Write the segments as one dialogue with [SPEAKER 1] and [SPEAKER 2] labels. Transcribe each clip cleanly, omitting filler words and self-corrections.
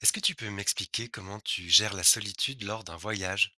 [SPEAKER 1] Est-ce que tu peux m'expliquer comment tu gères la solitude lors d'un voyage?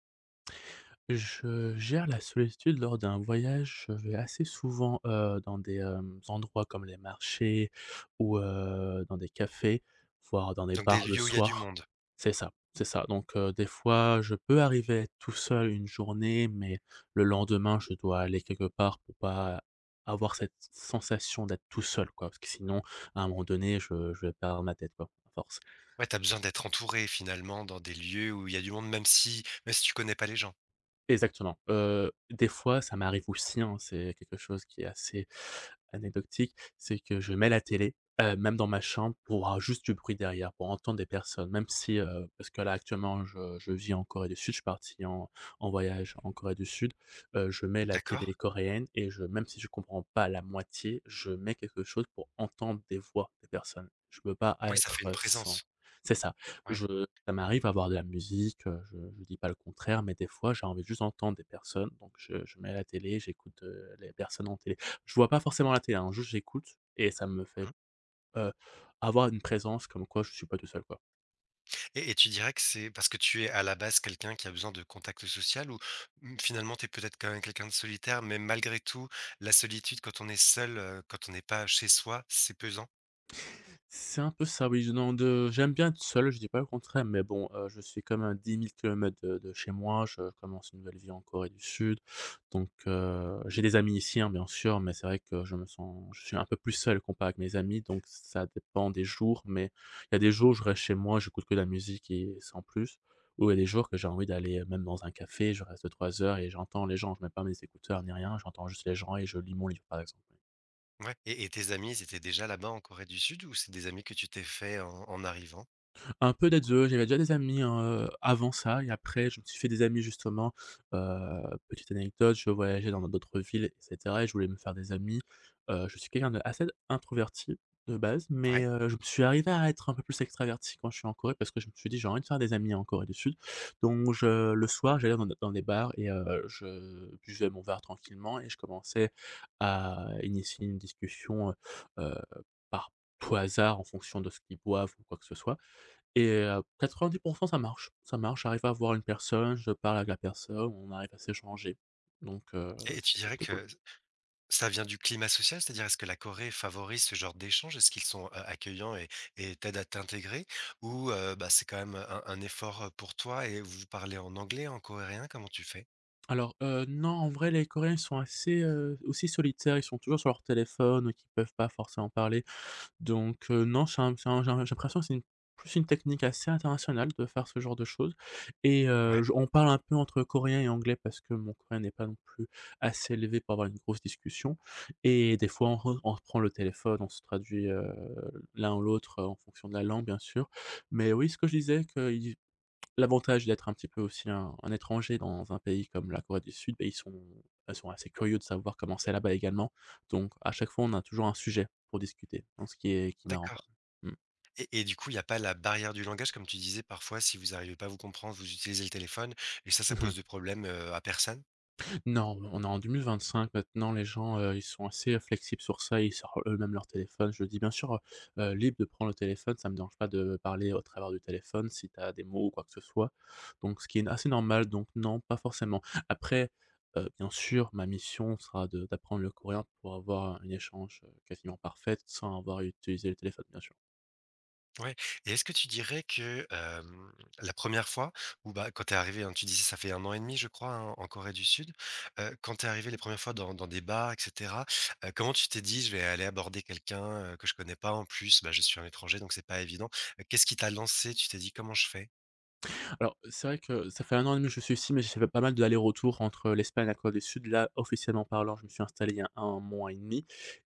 [SPEAKER 2] Je gère la solitude lors d'un voyage. Je vais assez souvent, dans des endroits comme les marchés ou, dans des cafés, voire dans des
[SPEAKER 1] Donc des
[SPEAKER 2] bars le
[SPEAKER 1] lieux où il y a du
[SPEAKER 2] soir.
[SPEAKER 1] monde.
[SPEAKER 2] C'est ça, c'est ça. Donc, des fois, je peux arriver à être tout seul une journée, mais le lendemain, je dois aller quelque part pour pas avoir cette sensation d'être tout seul, quoi. Parce que sinon, à un moment donné, je vais perdre ma tête, quoi, à force.
[SPEAKER 1] Ouais, t'as besoin d'être entouré finalement dans des lieux où il y a du monde, même si tu connais pas les gens.
[SPEAKER 2] Exactement, des fois, ça m'arrive aussi, hein, c'est quelque chose qui est assez anecdotique, c'est que je mets la télé, même dans ma chambre pour avoir juste du bruit derrière, pour entendre des personnes, même si, parce que là, actuellement, je vis en Corée du Sud, je suis parti en voyage en Corée du Sud. Je mets la
[SPEAKER 1] D'accord?
[SPEAKER 2] télé coréenne et je même si je comprends pas la moitié, je mets quelque chose pour entendre des voix des personnes. Je peux pas
[SPEAKER 1] Oui, ça fait
[SPEAKER 2] être,
[SPEAKER 1] une
[SPEAKER 2] sans.
[SPEAKER 1] présence.
[SPEAKER 2] C'est ça.
[SPEAKER 1] Ouais.
[SPEAKER 2] Je Ça m'arrive à avoir de la musique, je dis pas le contraire, mais des fois, j'ai envie juste d'entendre des personnes, donc je mets la télé, j'écoute, les personnes en télé. Je vois pas forcément la télé, hein, juste j'écoute et ça me fait,
[SPEAKER 1] Mmh.
[SPEAKER 2] heu, avoir une présence comme quoi je suis pas tout seul, quoi.
[SPEAKER 1] Et tu dirais que c'est parce que tu es à la base quelqu'un qui a besoin de contact social ou mmh, finalement tu es peut-être quand même quelqu'un de solitaire, mais malgré tout, la solitude quand on est seul, quand on n'est pas chez soi, c'est pesant?
[SPEAKER 2] C'est un peu ça, oui. Je non, de j'aime bien être seul, je dis pas le contraire, mais bon, je suis comme à 10 000 kilomètres de chez moi. Je commence une nouvelle vie en Corée du Sud, donc j'ai des amis ici, hein, bien sûr, mais c'est vrai que je me sens je suis un peu plus seul comparé avec mes amis, donc ça dépend des jours, mais il y a des jours où je reste chez moi, j'écoute que de la musique et sans plus, ou il y a des jours que j'ai envie d'aller, même dans un café, je reste 3 heures et j'entends les gens. Je mets pas mes écouteurs ni rien, j'entends juste les gens et je lis mon livre, par exemple.
[SPEAKER 1] Ouais. Et tes amis, ils étaient déjà là-bas en Corée du Sud ou c'est des amis que tu t'es fait en arrivant?
[SPEAKER 2] Un peu des 2, j'avais déjà des amis, avant ça et après je me suis fait des amis justement. Heu, petite anecdote, je voyageais dans d'autres villes et cetera et je voulais me faire des amis. Je suis quelqu'un de assez introverti de base, mais
[SPEAKER 1] Ouais.
[SPEAKER 2] je me suis arrivé à être un peu plus extraverti quand je suis en Corée parce que je me suis dit: «J'ai envie de faire des amis en Corée du Sud». Donc je le soir, j'allais dans des bars et je buvais mon verre tranquillement et je commençais à initier une discussion, heu, par tout hasard en fonction de ce qu'ils boivent ou quoi que ce soit et 90 ça marche. Ça marche, j'arrive à voir une personne, je parle avec la personne, on arrive à s'échanger. Donc
[SPEAKER 1] Et tu
[SPEAKER 2] c'est
[SPEAKER 1] dirais
[SPEAKER 2] plutôt cool.
[SPEAKER 1] que ça vient du climat social? C'est-à-dire, est-ce que la Corée favorise ce genre d'échange? Est-ce qu'ils sont, accueillants et t'aident à t'intégrer? Ou, bah, c'est quand même un effort pour toi et vous parlez en anglais, en coréen? Comment tu fais?
[SPEAKER 2] Alors, non, en vrai, les Coréens, ils sont assez, aussi solitaires, ils sont toujours sur leur téléphone, donc ils peuvent pas forcément parler. Donc non, c'est un j'ai l'impression que c'est une plus une technique assez internationale de faire ce genre de choses et
[SPEAKER 1] Ouais,
[SPEAKER 2] je on parle un peu entre coréen et anglais parce que mon coréen n'est pas non plus assez élevé pour avoir une grosse discussion et des fois on reprend le téléphone, on se traduit, l'un ou l'autre en fonction de la langue bien sûr. Mais oui, ce que je disais que l'avantage d'être un petit peu aussi un étranger dans un pays comme la Corée du Sud, beh, ils sont assez curieux de savoir comment c'est là-bas également. Donc à chaque fois, on a toujours un sujet pour discuter, donc ce qui est marrant, quoi.
[SPEAKER 1] d'accord,
[SPEAKER 2] Mmh.
[SPEAKER 1] et du coup, il n'y a pas la barrière du langage comme tu disais, parfois si vous arrivez pas à vous comprendre, vous utilisez le téléphone et ça pose de problèmes, à personne?
[SPEAKER 2] Non, on est en 2025 maintenant, les gens, ils sont assez, flexibles sur ça, ils sortent eux-mêmes leur téléphone. Je dis bien sûr, libre de prendre le téléphone, ça me dérange pas de parler au travers du téléphone si tu as des mots ou quoi que ce soit, donc ce qui est assez normal, donc non, pas forcément. Après, bien sûr, ma mission sera de d'apprendre le coréen pour avoir un échange, quasiment parfaite sans avoir à utiliser le téléphone, bien sûr.
[SPEAKER 1] Ouais, et est-ce que tu dirais que, la première fois ou bah, quand tu es arrivé, hein, tu disais ça fait 1 an et demi, je crois, hein, en Corée du Sud, quand tu es arrivé les premières fois dans des bars et cetera, comment tu t'es dit: «Je vais aller aborder quelqu'un, que je connais pas en plus, bah, je suis un étranger donc c'est pas évident». Qu'est-ce qui t'a lancé? Tu t'es dit: «Comment je fais?»
[SPEAKER 2] Alors, c'est vrai que ça fait un an et demi que je suis ici, mais j'ai fait pas mal d'allers-retours entre l'Espagne et la Corée du Sud. Là, officiellement parlant, je me suis installé il y a 1 mois et demi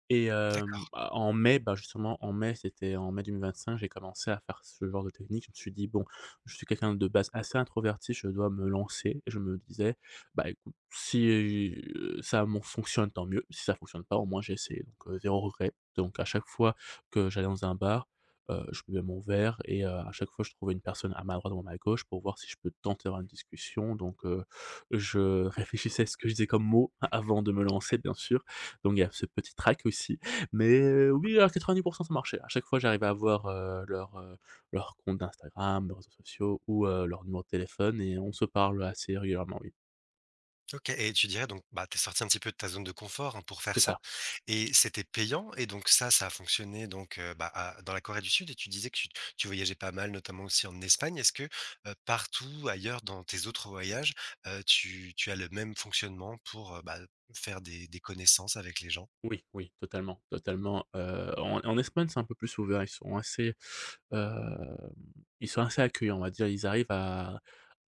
[SPEAKER 2] et
[SPEAKER 1] D'acc
[SPEAKER 2] bah, en mai, bah, justement, en mai, c'était en mai 2025, j'ai commencé à faire ce genre de technique. Je me suis dit: «Bon, je suis quelqu'un de base assez introverti, je dois me lancer». Et je me disais: «Bah, écoute, si ça mon fonctionne, tant mieux. Si ça fonctionne pas, au moins j'ai essayé». Donc 0 regret. Donc à chaque fois que j'allais dans un bar, je buvais mon verre et à chaque fois, je trouvais une personne à ma droite ou à ma gauche pour voir si je peux tenter d'avoir une discussion, donc je réfléchissais à ce que je disais comme mot avant de me lancer, bien sûr. Donc il y a ce petit trac aussi, mais oui, à 90 ça marchait. À chaque fois, j'arrivais à avoir, leur compte d'Instagram, leurs réseaux sociaux ou leur numéro de téléphone et on se parle assez régulièrement, oui.
[SPEAKER 1] OK, et tu dirais donc, bah, tu es sorti un petit peu de ta zone de confort, hein, pour faire
[SPEAKER 2] C'est
[SPEAKER 1] ça,
[SPEAKER 2] ça.
[SPEAKER 1] et c'était payant et donc ça a fonctionné donc, bah, à dans la Corée du Sud, et tu disais que tu voyageais pas mal, notamment aussi en Espagne. Est-ce que, partout ailleurs dans tes autres voyages, tu as le même fonctionnement pour, bah, faire des connaissances avec les gens?
[SPEAKER 2] Oui, oui, totalement, totalement, en Espagne, c'est un peu plus ouvert. Hem, ils sont assez accueillants, on va dire. Ils arrivent à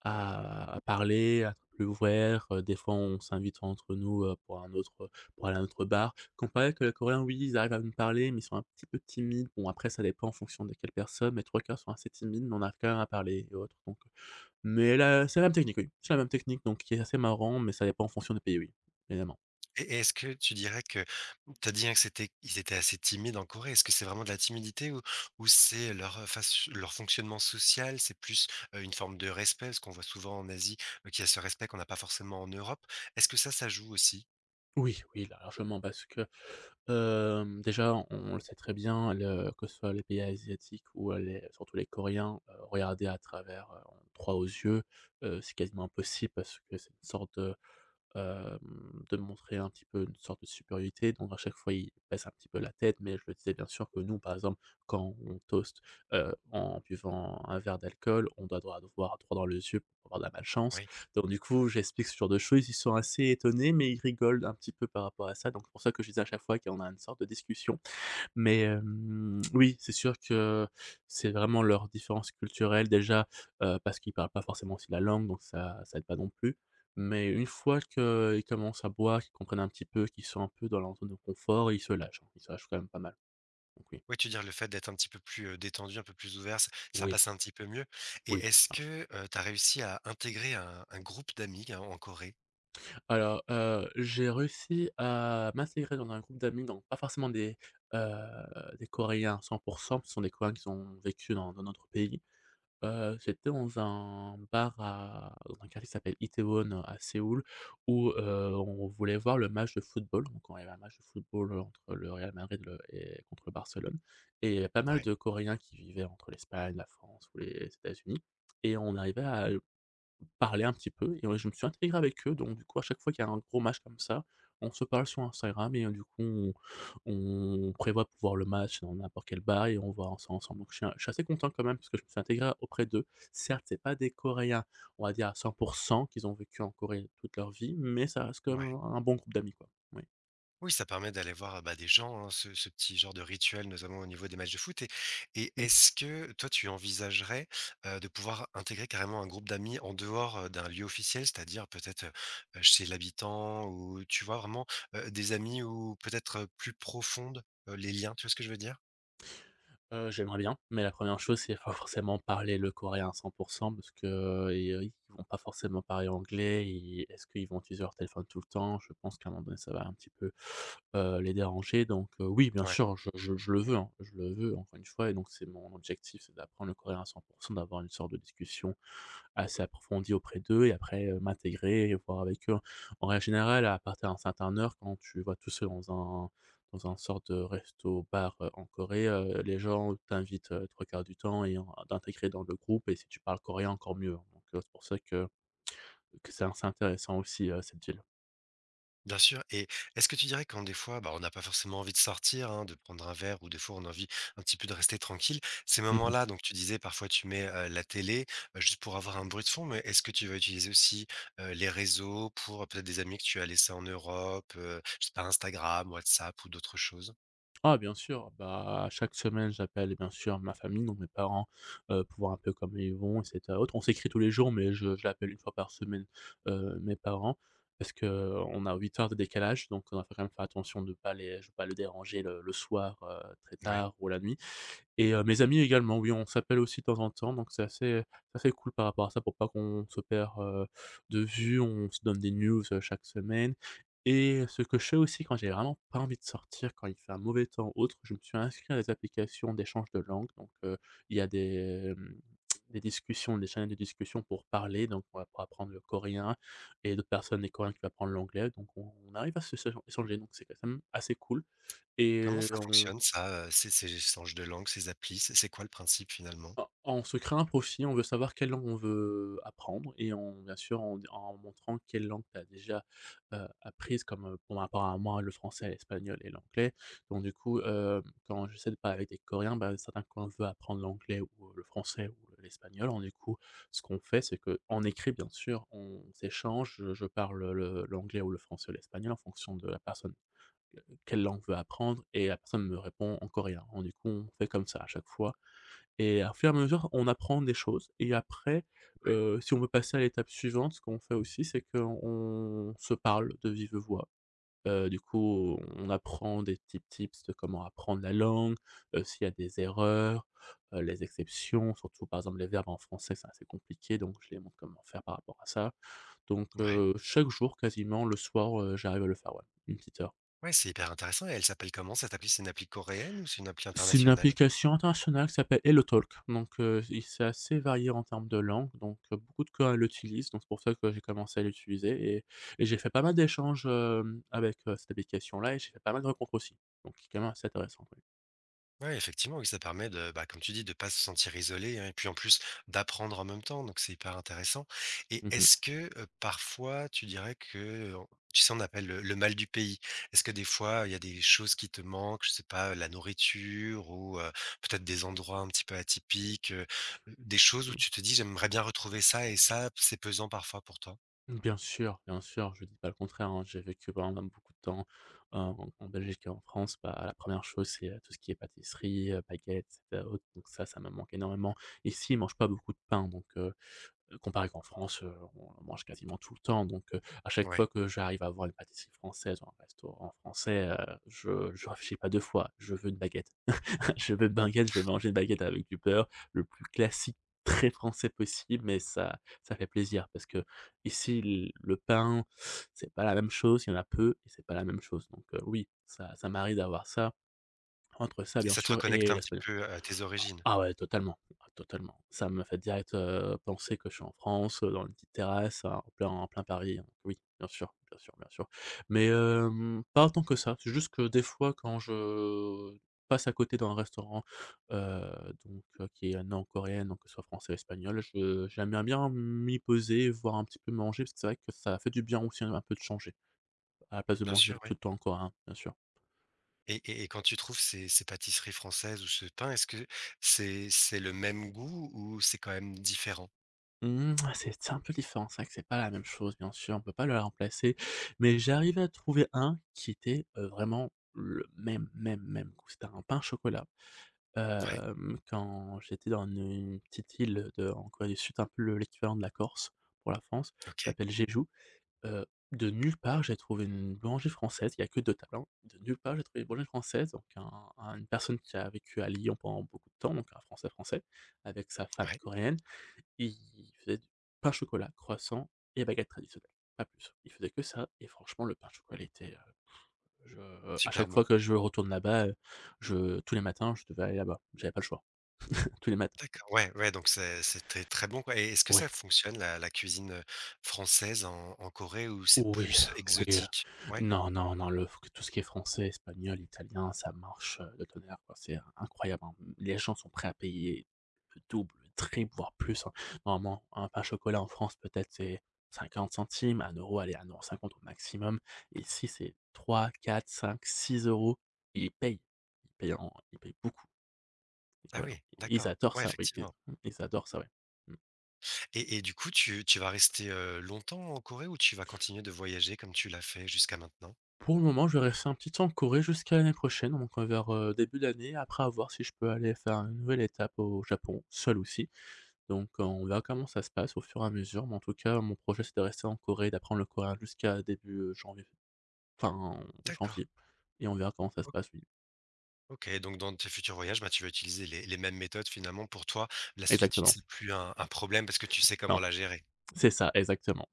[SPEAKER 2] à à parler, à être plus ouverts, des fois on s'invite entre nous, pour aller à un autre bar. Comparé que les Coréens, oui, ils arrivent à nous parler, mais ils sont un petit peu timides. Bon après, ça dépend en fonction de quelle personne, mais 3 quarts sont assez timides, mais on arrive quand même à parler et autres, donc. Mais là, c'est la même technique, oui. C'est la même technique, donc qui est assez marrant, mais ça dépend en fonction des pays, oui, évidemment.
[SPEAKER 1] Et est-ce que tu dirais que mmh, tu as dit, hein, que c'était ils étaient assez timides en Corée. Est-ce que c'est vraiment de la timidité ou c'est leur, faç leur fonctionnement social? C'est plus, une forme de respect? Parce qu'on voit souvent en Asie, qu'il y a ce respect qu'on n'a pas forcément en Europe. Est-ce que ça joue aussi?
[SPEAKER 2] Oui, oui, largement, parce que, déjà, on le sait très bien, le que ce soit les pays asiatiques ou, les surtout les Coréens, regarder à travers, en droit aux yeux, c'est quasiment impossible parce que c'est une sorte de montrer un petit peu une sorte de supériorité, donc à chaque fois, il baisse un petit peu la tête, mais je le disais bien sûr que nous, par exemple, quand on toast, en buvant un verre d'alcool, on doit droit voir droit dans les yeux pour avoir de la malchance,
[SPEAKER 1] Oui.
[SPEAKER 2] donc du coup, j'explique ce genre de choses, ils sont assez étonnés, mais ils rigolent un petit peu par rapport à ça, donc c'est pour ça que je disais, à chaque fois qu'on a une sorte de discussion, mais, oui, c'est sûr que c'est vraiment leur différence culturelle déjà, parce qu'ils parlent pas forcément aussi la langue, donc ça aide pas non plus. Mais une fois qu'ils commencent à boire, qu'ils comprennent un petit peu, qu'ils sont un peu dans leur zone de confort, ils se lâchent, hein, ils se lâchent quand même pas mal. Donc oui,
[SPEAKER 1] Oui, tu veux le fait d'être un petit peu plus, détendu, un peu plus ouvert, ç ça
[SPEAKER 2] oui,
[SPEAKER 1] passe un petit peu mieux, et
[SPEAKER 2] oui,
[SPEAKER 1] est-ce
[SPEAKER 2] ça marche.
[SPEAKER 1] que, tu as réussi à intégrer un groupe d'amis, hein, en Corée?
[SPEAKER 2] Alors, j'ai réussi à m'intégrer dans un groupe d'amis, donc pas forcément des Coréens à 100, ce sont des Coréens qui ont vécu dans notre pays. J'étais dans un bar à dans un quartier qui s'appelle Itaewon, à Séoul où, on voulait voir le match de football. Donc on avait un match de football, entre le Real Madrid le et contre le Barcelone, et il y avait pas mal
[SPEAKER 1] Ouais,
[SPEAKER 2] de Coréens qui vivaient entre l'Espagne, la France ou les États-Unis et on arrivait à parler un petit peu et ouais, je me suis intégré avec eux, donc du coup, à chaque fois qu'il y a un gros match comme ça, on se parle sur Instagram et du coup, on prévoit pour voir le match dans n'importe quel bar et on voit ça ensemble, donc je suis assez content quand même parce que je me suis intégré auprès d'eux. Certes, c'est pas des Coréens, on va dire à 100, qu'ils ont vécu en Corée toute leur vie, mais ça reste quand
[SPEAKER 1] ouais.
[SPEAKER 2] même un bon groupe d'amis, quoi. Oui.
[SPEAKER 1] Oui, ça permet d'aller voir, bah, des gens, hein, ce petit genre de rituel, notamment au niveau des matchs de foot, et est-ce que toi, tu envisagerais, de pouvoir intégrer carrément un groupe d'amis en dehors, d'un lieu officiel? C'est-à-dire peut-être, chez l'habitant, ou tu vois vraiment, des amis ou peut-être, plus profondes, les liens, tu vois ce que je veux dire?
[SPEAKER 2] J'aimerais bien, mais la première chose, c'est pas forcément parler le coréen à 100 parce que, i ils vont pas forcément parler anglais et est-ce qu'ils vont utiliser leur téléphone tout le temps? Je pense qu'à un moment donné, ça va un petit peu, les déranger donc oui, bien
[SPEAKER 1] Ouais.
[SPEAKER 2] sûr, je le veux, hein, je le veux encore une fois et donc c'est mon objectif, c'est d'apprendre le coréen à 100 d'avoir une sorte de discussion assez approfondie auprès d'eux et après, m'intégrer et voir avec eux. En règle générale, à partir d'un certain heure, quand tu vas tout seul un dans un sorte de resto-bar, en Corée, les gens t'invitent, 3/4 du temps et en d'intégrer dans le groupe et si tu parles coréen, encore mieux, hein. Donc, c'est pour ça que c'est assez intéressant aussi, cette ville.
[SPEAKER 1] Bien sûr, et est-ce que tu dirais quand des fois, bah, on n'a pas forcément envie de sortir, hein, de prendre un verre, ou des fois on a envie un petit peu de rester tranquille, ces moments-là, donc tu disais parfois tu mets, la télé, juste pour avoir un bruit de fond, mais est-ce que tu vas utiliser aussi, les réseaux pour peut-être des amis que tu as laissés en Europe, je sais pas, Instagram, WhatsApp ou d'autres choses?
[SPEAKER 2] Ah bien sûr, bah, chaque semaine, j'appelle eh bien sûr ma famille, donc mes parents, pour voir un peu comment ils vont et cetera autre. On s'écrit tous les jours, mais je l'appelle une fois par semaine, mes parents parce que on a 8 heures de décalage, donc on va quand même faire attention de pas les je veux pas les déranger le soir, très
[SPEAKER 1] Ouais.
[SPEAKER 2] tard ou la nuit. Et mes amis également, oui, on s'appelle aussi de temps en temps, donc c'est assez cool par rapport à ça pour pas qu'on se perd, de vue. On se donne des news, chaque semaine et ce que je fais aussi quand j'ai vraiment pas envie de sortir, quand il fait un mauvais temps ou autre, je me suis inscrit à des applications d'échange de langue donc il y a des, des discussions, des chaînes de discussion pour parler, donc on va pour apprendre le coréen et d'autres personnes, des coréens qui vont apprendre l'anglais, donc on arrive à se échanger donc c'est quand même assez cool
[SPEAKER 1] Comment
[SPEAKER 2] et
[SPEAKER 1] ça
[SPEAKER 2] on
[SPEAKER 1] fonctionne ça, ces échanges de langue, ces applis, c'est quoi le principe finalement?
[SPEAKER 2] En on se crée un profil, on veut savoir quelle langue on veut apprendre et on bien sûr, en montrant quelle langue tu as déjà, apprise comme, pour ma part à moi, le français, l'espagnol et l'anglais. Donc du coup, quand j'essaie de parler avec des Coréens, bah, certains Coréens veulent apprendre l'anglais ou, le français ou l'espagnol. Alors du coup, ce qu'on fait, c'est qu'en écrit, bien sûr, on s'échange, je parle le l'anglais ou le français ou l'espagnol en fonction de la personne, quelle langue veut apprendre et la personne me répond en coréen. Alors du coup, on fait comme ça à chaque fois et au fur et à mesure, on apprend des choses et après, si on veut passer à l'étape suivante, ce qu'on fait aussi, c'est qu'on se parle de vive voix. Du coup, on apprend des petits tips de comment apprendre la langue, s'il y a des erreurs, les exceptions, surtout par exemple les verbes en français, c'est assez compliqué, donc je les montre comment faire par rapport à ça. Donc
[SPEAKER 1] Ouais.
[SPEAKER 2] chaque jour quasiment le soir, j'arrive à le faire, ouais, 1 petite heure.
[SPEAKER 1] Ouais, c'est hyper intéressant, et elle s'appelle comment cette appli? C'est une appli coréenne ou c'est une appli
[SPEAKER 2] C'est une
[SPEAKER 1] internationale?
[SPEAKER 2] application internationale qui s'appelle HelloTalk, donc il c'est assez varié en termes de langue. Donc beaucoup de gens l'utilisent, donc c'est pour ça que j'ai commencé à l'utiliser et j'ai fait pas mal d'échanges, avec, cette application-là et j'ai fait pas mal de rencontres aussi, donc c'est quand même assez intéressant, oui.
[SPEAKER 1] Ouais, effectivement, oui, ça permet de, bah, comme tu dis, de pas se sentir isolé, hein, et puis en plus d'apprendre en même temps, donc c'est hyper intéressant. Et
[SPEAKER 2] Mmh mh.
[SPEAKER 1] est-ce que parfois tu dirais que, tu sais, on appelle le, mal du pays. Est-ce que des fois il y a des choses qui te manquent, je sais pas, la nourriture ou peut-être des endroits un petit peu atypiques, des choses où
[SPEAKER 2] Mmh.
[SPEAKER 1] tu te dis j'aimerais bien retrouver ça, et ça, c'est pesant parfois pour toi.
[SPEAKER 2] Bien sûr, je dis pas le contraire, hein. J'ai vécu pendant beaucoup de temps, en Belgique et en France, bah, la première chose, c'est, tout ce qui est pâtisserie, baguettes, et cetera autres, donc ça me manque énormément. Ici, ils mangent pas beaucoup de pain, donc comparé qu'en France, on en mange quasiment tout le temps donc à chaque
[SPEAKER 1] Ouais.
[SPEAKER 2] fois que j'arrive à voir une pâtisserie française ou un restaurant français, je ne réfléchis pas 2 fois, je veux une baguette. Je veux une baguette, je veux manger une baguette avec du beurre, le plus classique, très français possible, mais ça ça fait plaisir parce qu'ici l le pain, c'est pas la même chose, il y en a peu et c'est pas la même chose donc oui, ça ça m'arrive d'avoir ça, entre ça
[SPEAKER 1] Et
[SPEAKER 2] bien
[SPEAKER 1] ça te
[SPEAKER 2] sûr
[SPEAKER 1] reconnecte
[SPEAKER 2] et
[SPEAKER 1] un petit
[SPEAKER 2] l'espagnol.
[SPEAKER 1] peu à tes
[SPEAKER 2] Ah
[SPEAKER 1] origines.
[SPEAKER 2] ah ouais, totalement, ah totalement. Ça me fait direct, penser que je suis en France, dans une petite terrasse, hein, en plein Paris, hein. Oui, bien sûr, bien sûr, bien sûr. Mais, pas autant que ça. C'est juste que des fois quand je passe à côté d'un restaurant, donc qui est nord-coréenne, donc que ce soit français ou espagnol, je j'aimerais bien m'y poser, voir un petit peu manger, parce que c'est vrai que ça fait du bien aussi un peu de changer, à la place de
[SPEAKER 1] Bien
[SPEAKER 2] manger
[SPEAKER 1] sûr. Oui.
[SPEAKER 2] tout le temps coréen, bien sûr.
[SPEAKER 1] Et quand tu trouves ces pâtisseries françaises ou ce pain, est-ce que c'est le même goût, ou c'est quand même différent?
[SPEAKER 2] Mmh, ah, c'est un peu différent. C'est vrai que c'est pas la même chose, bien sûr, on peut pas le remplacer, mais j'arrivais à trouver un qui était, vraiment le même, même, même goût. C'était un pain au chocolat.
[SPEAKER 1] Ouais,
[SPEAKER 2] Quand j'étais dans une petite île de en Corée du Sud, un peu le l'équivalent de la Corse pour la France, ça
[SPEAKER 1] OK,
[SPEAKER 2] s'appelle Jeju. Heu, de nulle part, j'ai trouvé une boulangerie française, il y a que 2 tables, hein. De nulle part, j'ai trouvé une boulangerie française, donc un une personne qui a vécu à Lyon pendant beaucoup de temps, donc un Français français, avec sa femme
[SPEAKER 1] ouais,
[SPEAKER 2] coréenne. Il faisait du pain chocolat, croissant et baguette traditionnelle, pas plus. Il faisait que ça et franchement le pain chocolat était, je à
[SPEAKER 1] super
[SPEAKER 2] chaque fois
[SPEAKER 1] bon.
[SPEAKER 2] que je retourne là-bas, je tous les matins, je devais aller là-bas. J'avais pas le choix, tous les matins.
[SPEAKER 1] D'accord, ouais, ouais, donc c'était très très bon, quoi. Et est-ce que
[SPEAKER 2] Oui.
[SPEAKER 1] ça fonctionne la cuisine, française en Corée, ou c'est
[SPEAKER 2] Oui,
[SPEAKER 1] plus
[SPEAKER 2] oui,
[SPEAKER 1] exotique? Ouais?
[SPEAKER 2] non, non, non, le tout ce qui est français, espagnol, italien, ça marche, de tonnerre, quoi. C'est incroyable, hein. Les gens sont prêts à payer le double, le triple, voire plus, hein. Normalement, un pain chocolat en France, peut-être, c'est 50 centimes, 1 €, allez, un euro € au maximum. Ici, c'est trois, quatre, cinq, 6 euros. Ils payent, ils payent en ils payent beaucoup, les
[SPEAKER 1] Ah
[SPEAKER 2] Coréens.
[SPEAKER 1] oui,
[SPEAKER 2] Ils
[SPEAKER 1] d'accord.
[SPEAKER 2] adorent
[SPEAKER 1] Ouais,
[SPEAKER 2] ça, oui, ils
[SPEAKER 1] effectivement.
[SPEAKER 2] ils adorent ça, oui.
[SPEAKER 1] Et du coup, tu vas rester, longtemps en Corée, ou tu vas continuer de voyager comme tu l'as fait jusqu'à maintenant?
[SPEAKER 2] Pour le moment, je vais rester un petit temps en Corée jusqu'à l'année prochaine, donc vers, début d'année. Après, à voir si je peux aller faire une nouvelle étape au Japon, seul aussi. Donc on verra comment ça se passe au fur et à mesure, mais en tout cas, mon projet, c'est de rester en Corée, d'apprendre le coréen jusqu'à début, janvier, fin
[SPEAKER 1] D'accord.
[SPEAKER 2] janvier et on verra comment ça se passe, oui.
[SPEAKER 1] OK, donc dans tes futurs voyages, bah, tu vas utiliser les mêmes méthodes finalement pour toi. La solitude,
[SPEAKER 2] Exactement.
[SPEAKER 1] c'est plus un problème parce que tu sais comment
[SPEAKER 2] Non,
[SPEAKER 1] la gérer.
[SPEAKER 2] c'est ça, exactement,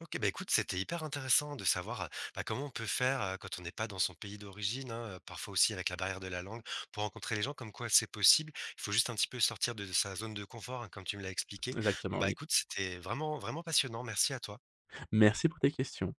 [SPEAKER 1] OK, bah, écoute, c'était hyper intéressant de savoir, bah, comment on peut faire, quand on n'est pas dans son pays d'origine, hein, parfois aussi avec la barrière de la langue pour rencontrer les gens, comme quoi c'est possible. Il faut juste un petit peu sortir de sa zone de confort, hein, comme tu me l'as expliqué. Donc
[SPEAKER 2] exactement,
[SPEAKER 1] bah,
[SPEAKER 2] oui.
[SPEAKER 1] écoute, c'était vraiment, vraiment passionnant. Merci à toi.
[SPEAKER 2] Merci pour tes questions.